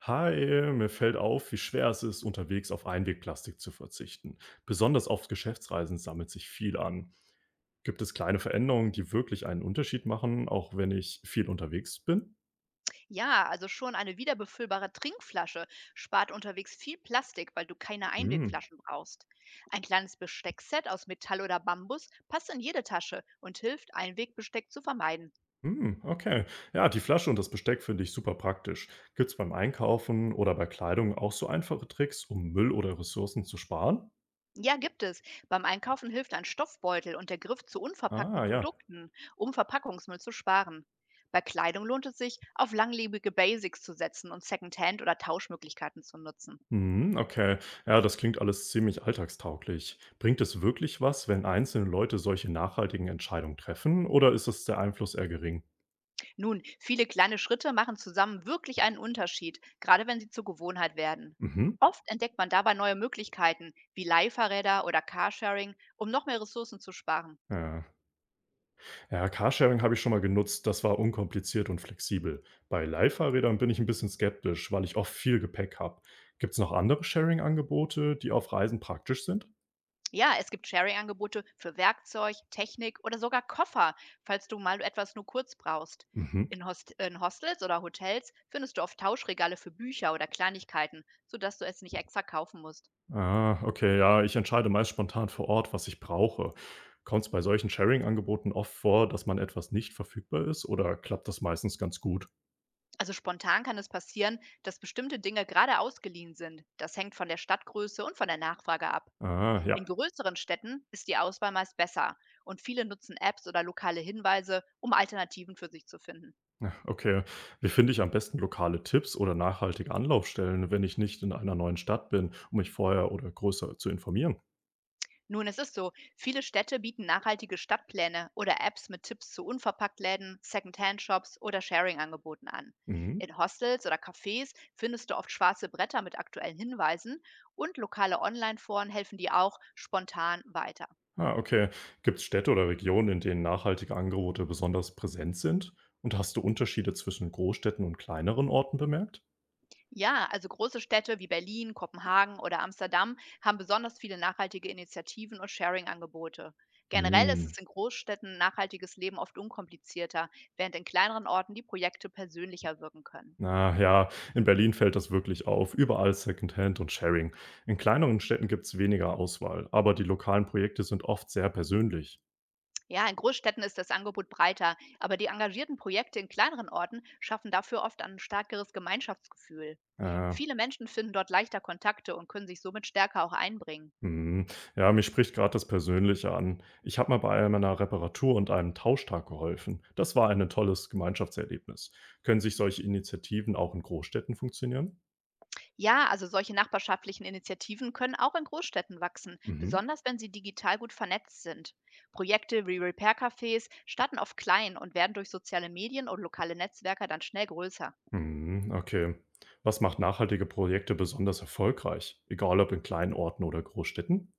Hi, mir fällt auf, wie schwer es ist, unterwegs auf Einwegplastik zu verzichten. Besonders auf Geschäftsreisen sammelt sich viel an. Gibt es kleine Veränderungen, die wirklich einen Unterschied machen, auch wenn ich viel unterwegs bin? Ja, also schon eine wiederbefüllbare Trinkflasche spart unterwegs viel Plastik, weil du keine Hm, Einwegflaschen brauchst. Ein kleines Besteckset aus Metall oder Bambus passt in jede Tasche und hilft, Einwegbesteck zu vermeiden. hm, okay. Ja, die Flasche und das Besteck finde ich super praktisch. Gibt es beim Einkaufen oder bei Kleidung auch so einfache Tricks, um Müll oder Ressourcen zu sparen? Ja, gibt es. Beim Einkaufen hilft ein Stoffbeutel und der Griff zu unverpackten Ah, ja. Produkten, um Verpackungsmüll zu sparen. Bei Kleidung lohnt es sich, auf langlebige Basics zu setzen und Secondhand- oder Tauschmöglichkeiten zu nutzen. Mhm, okay. Ja, das klingt alles ziemlich alltagstauglich. Bringt es wirklich was, wenn einzelne Leute solche nachhaltigen Entscheidungen treffen, oder ist es der Einfluss eher gering? Nun, viele kleine Schritte machen zusammen wirklich einen Unterschied, gerade wenn sie zur Gewohnheit werden. Mhm. Oft entdeckt man dabei neue Möglichkeiten, wie Leihfahrräder oder Carsharing, um noch mehr Ressourcen zu sparen. Ja, ja Carsharing habe ich schon mal genutzt, das war unkompliziert und flexibel. Bei Leihfahrrädern bin ich ein bisschen skeptisch, weil ich oft viel Gepäck habe. Gibt es noch andere Sharing-Angebote, die auf Reisen praktisch sind? Ja, es gibt Sharing-Angebote für Werkzeug, Technik oder sogar Koffer, falls du mal etwas nur kurz brauchst. Mhm. In Hostels oder Hotels findest du oft Tauschregale für Bücher oder Kleinigkeiten, sodass du es nicht extra kaufen musst. Ah, okay, ja, ich entscheide meist spontan vor Ort, was ich brauche. Kommt es bei solchen Sharing-Angeboten oft vor, dass man etwas nicht verfügbar ist oder klappt das meistens ganz gut? Also spontan kann es passieren, dass bestimmte Dinge gerade ausgeliehen sind. Das hängt von der Stadtgröße und von der Nachfrage ab. Ah, ja, In größeren Städten ist die Auswahl meist besser und viele nutzen Apps oder lokale Hinweise, um Alternativen für sich zu finden. ja, okay. Wie finde ich am besten lokale Tipps oder nachhaltige Anlaufstellen, wenn ich nicht in einer neuen Stadt bin, um mich vorher oder größer zu informieren? Nun, es ist so, viele Städte bieten nachhaltige Stadtpläne oder Apps mit Tipps zu Unverpacktläden, Secondhand-Shops oder Sharing-Angeboten an. Mhm. In Hostels oder Cafés findest du oft schwarze Bretter mit aktuellen Hinweisen und lokale Online-Foren helfen dir auch spontan weiter. Ah, okay. Gibt es Städte oder Regionen, in denen nachhaltige Angebote besonders präsent sind? Und hast du Unterschiede zwischen Großstädten und kleineren Orten bemerkt? Ja, also große Städte wie Berlin, Kopenhagen oder Amsterdam haben besonders viele nachhaltige Initiativen und Sharing-Angebote. Generell ist Hm, es in Großstädten nachhaltiges Leben oft unkomplizierter, während in kleineren Orten die Projekte persönlicher wirken können. na ja, in Berlin fällt das wirklich auf. Überall Secondhand und Sharing. In kleineren Städten gibt es weniger Auswahl, aber die lokalen Projekte sind oft sehr persönlich. Ja, in Großstädten ist das Angebot breiter, aber die engagierten Projekte in kleineren Orten schaffen dafür oft ein stärkeres Gemeinschaftsgefühl. Äh, Viele Menschen finden dort leichter Kontakte und können sich somit stärker auch einbringen. mhm. Ja, mich spricht gerade das Persönliche an. Ich habe mal bei einer Reparatur und einem Tauschtag geholfen. Das war ein tolles Gemeinschaftserlebnis. Können sich solche Initiativen auch in Großstädten funktionieren? Ja, also solche nachbarschaftlichen Initiativen können auch in Großstädten wachsen, Mhm. besonders wenn sie digital gut vernetzt sind. Projekte wie Repair-Cafés starten oft klein und werden durch soziale Medien und lokale Netzwerke dann schnell größer. Mhm, okay. Was macht nachhaltige Projekte besonders erfolgreich? Egal ob in kleinen Orten oder Großstädten?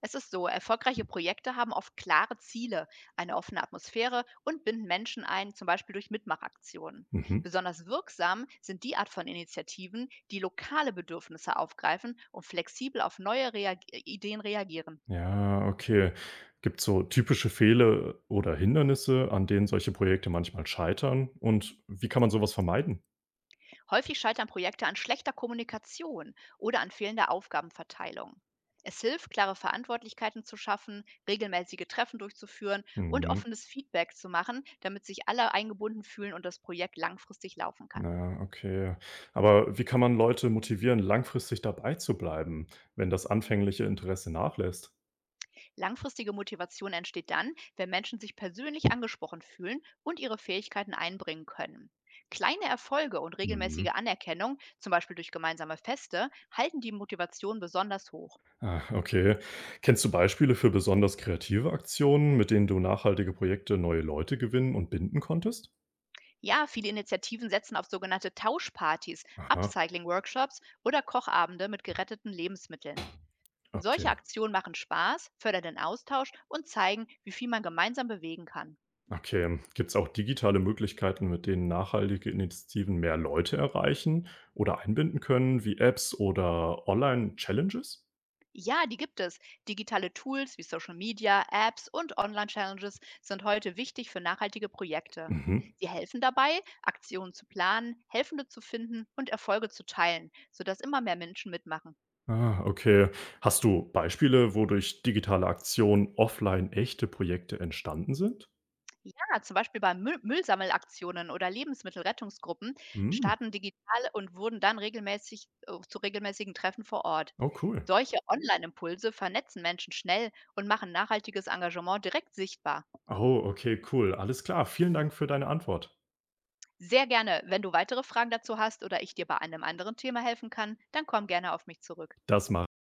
Es ist so, erfolgreiche Projekte haben oft klare Ziele, eine offene Atmosphäre und binden Menschen ein, zum Beispiel durch Mitmachaktionen. Mhm. Besonders wirksam sind die Art von Initiativen, die lokale Bedürfnisse aufgreifen und flexibel auf neue Reag Ideen reagieren. Ja, okay. Gibt's so typische Fehler oder Hindernisse, an denen solche Projekte manchmal scheitern? Und wie kann man sowas vermeiden? Häufig scheitern Projekte an schlechter Kommunikation oder an fehlender Aufgabenverteilung. Es hilft, klare Verantwortlichkeiten zu schaffen, regelmäßige Treffen durchzuführen und Mhm. offenes Feedback zu machen, damit sich alle eingebunden fühlen und das Projekt langfristig laufen kann. Na, okay. Aber wie kann man Leute motivieren, langfristig dabei zu bleiben, wenn das anfängliche Interesse nachlässt? Langfristige Motivation entsteht dann, wenn Menschen sich persönlich angesprochen fühlen und ihre Fähigkeiten einbringen können. Kleine Erfolge und Mhm. regelmäßige Anerkennung, zum Beispiel durch gemeinsame Feste, halten die Motivation besonders hoch. Ah, okay. Kennst du Beispiele für besonders kreative Aktionen, mit denen du nachhaltige Projekte neue Leute gewinnen und binden konntest? Ja, viele Initiativen setzen auf sogenannte Tauschpartys, Aha, Upcycling-Workshops oder Kochabende mit geretteten Lebensmitteln. Solche okay. Aktionen machen Spaß, fördern den Austausch und zeigen, wie viel man gemeinsam bewegen kann. Okay. Gibt es auch digitale Möglichkeiten, mit denen nachhaltige Initiativen mehr Leute erreichen oder einbinden können, wie Apps oder Online-Challenges? Ja, die gibt es. Digitale Tools wie Social Media, Apps und Online-Challenges sind heute wichtig für nachhaltige Projekte. Mhm. Sie helfen dabei, Aktionen zu planen, Helfende zu finden und Erfolge zu teilen, sodass immer mehr Menschen mitmachen. Ah, okay. Hast du Beispiele, wo durch digitale Aktionen offline echte Projekte entstanden sind? Ja, zum Beispiel bei Müllsammelaktionen oder Lebensmittelrettungsgruppen Hm. starten digital und wurden dann regelmäßig zu regelmäßigen Treffen vor Ort. Oh, cool. Solche Online-Impulse vernetzen Menschen schnell und machen nachhaltiges Engagement direkt sichtbar. Oh, okay, cool. Alles klar. Vielen Dank für deine Antwort. Sehr gerne, wenn du weitere Fragen dazu hast oder ich dir bei einem anderen Thema helfen kann, dann komm gerne auf mich zurück. Das macht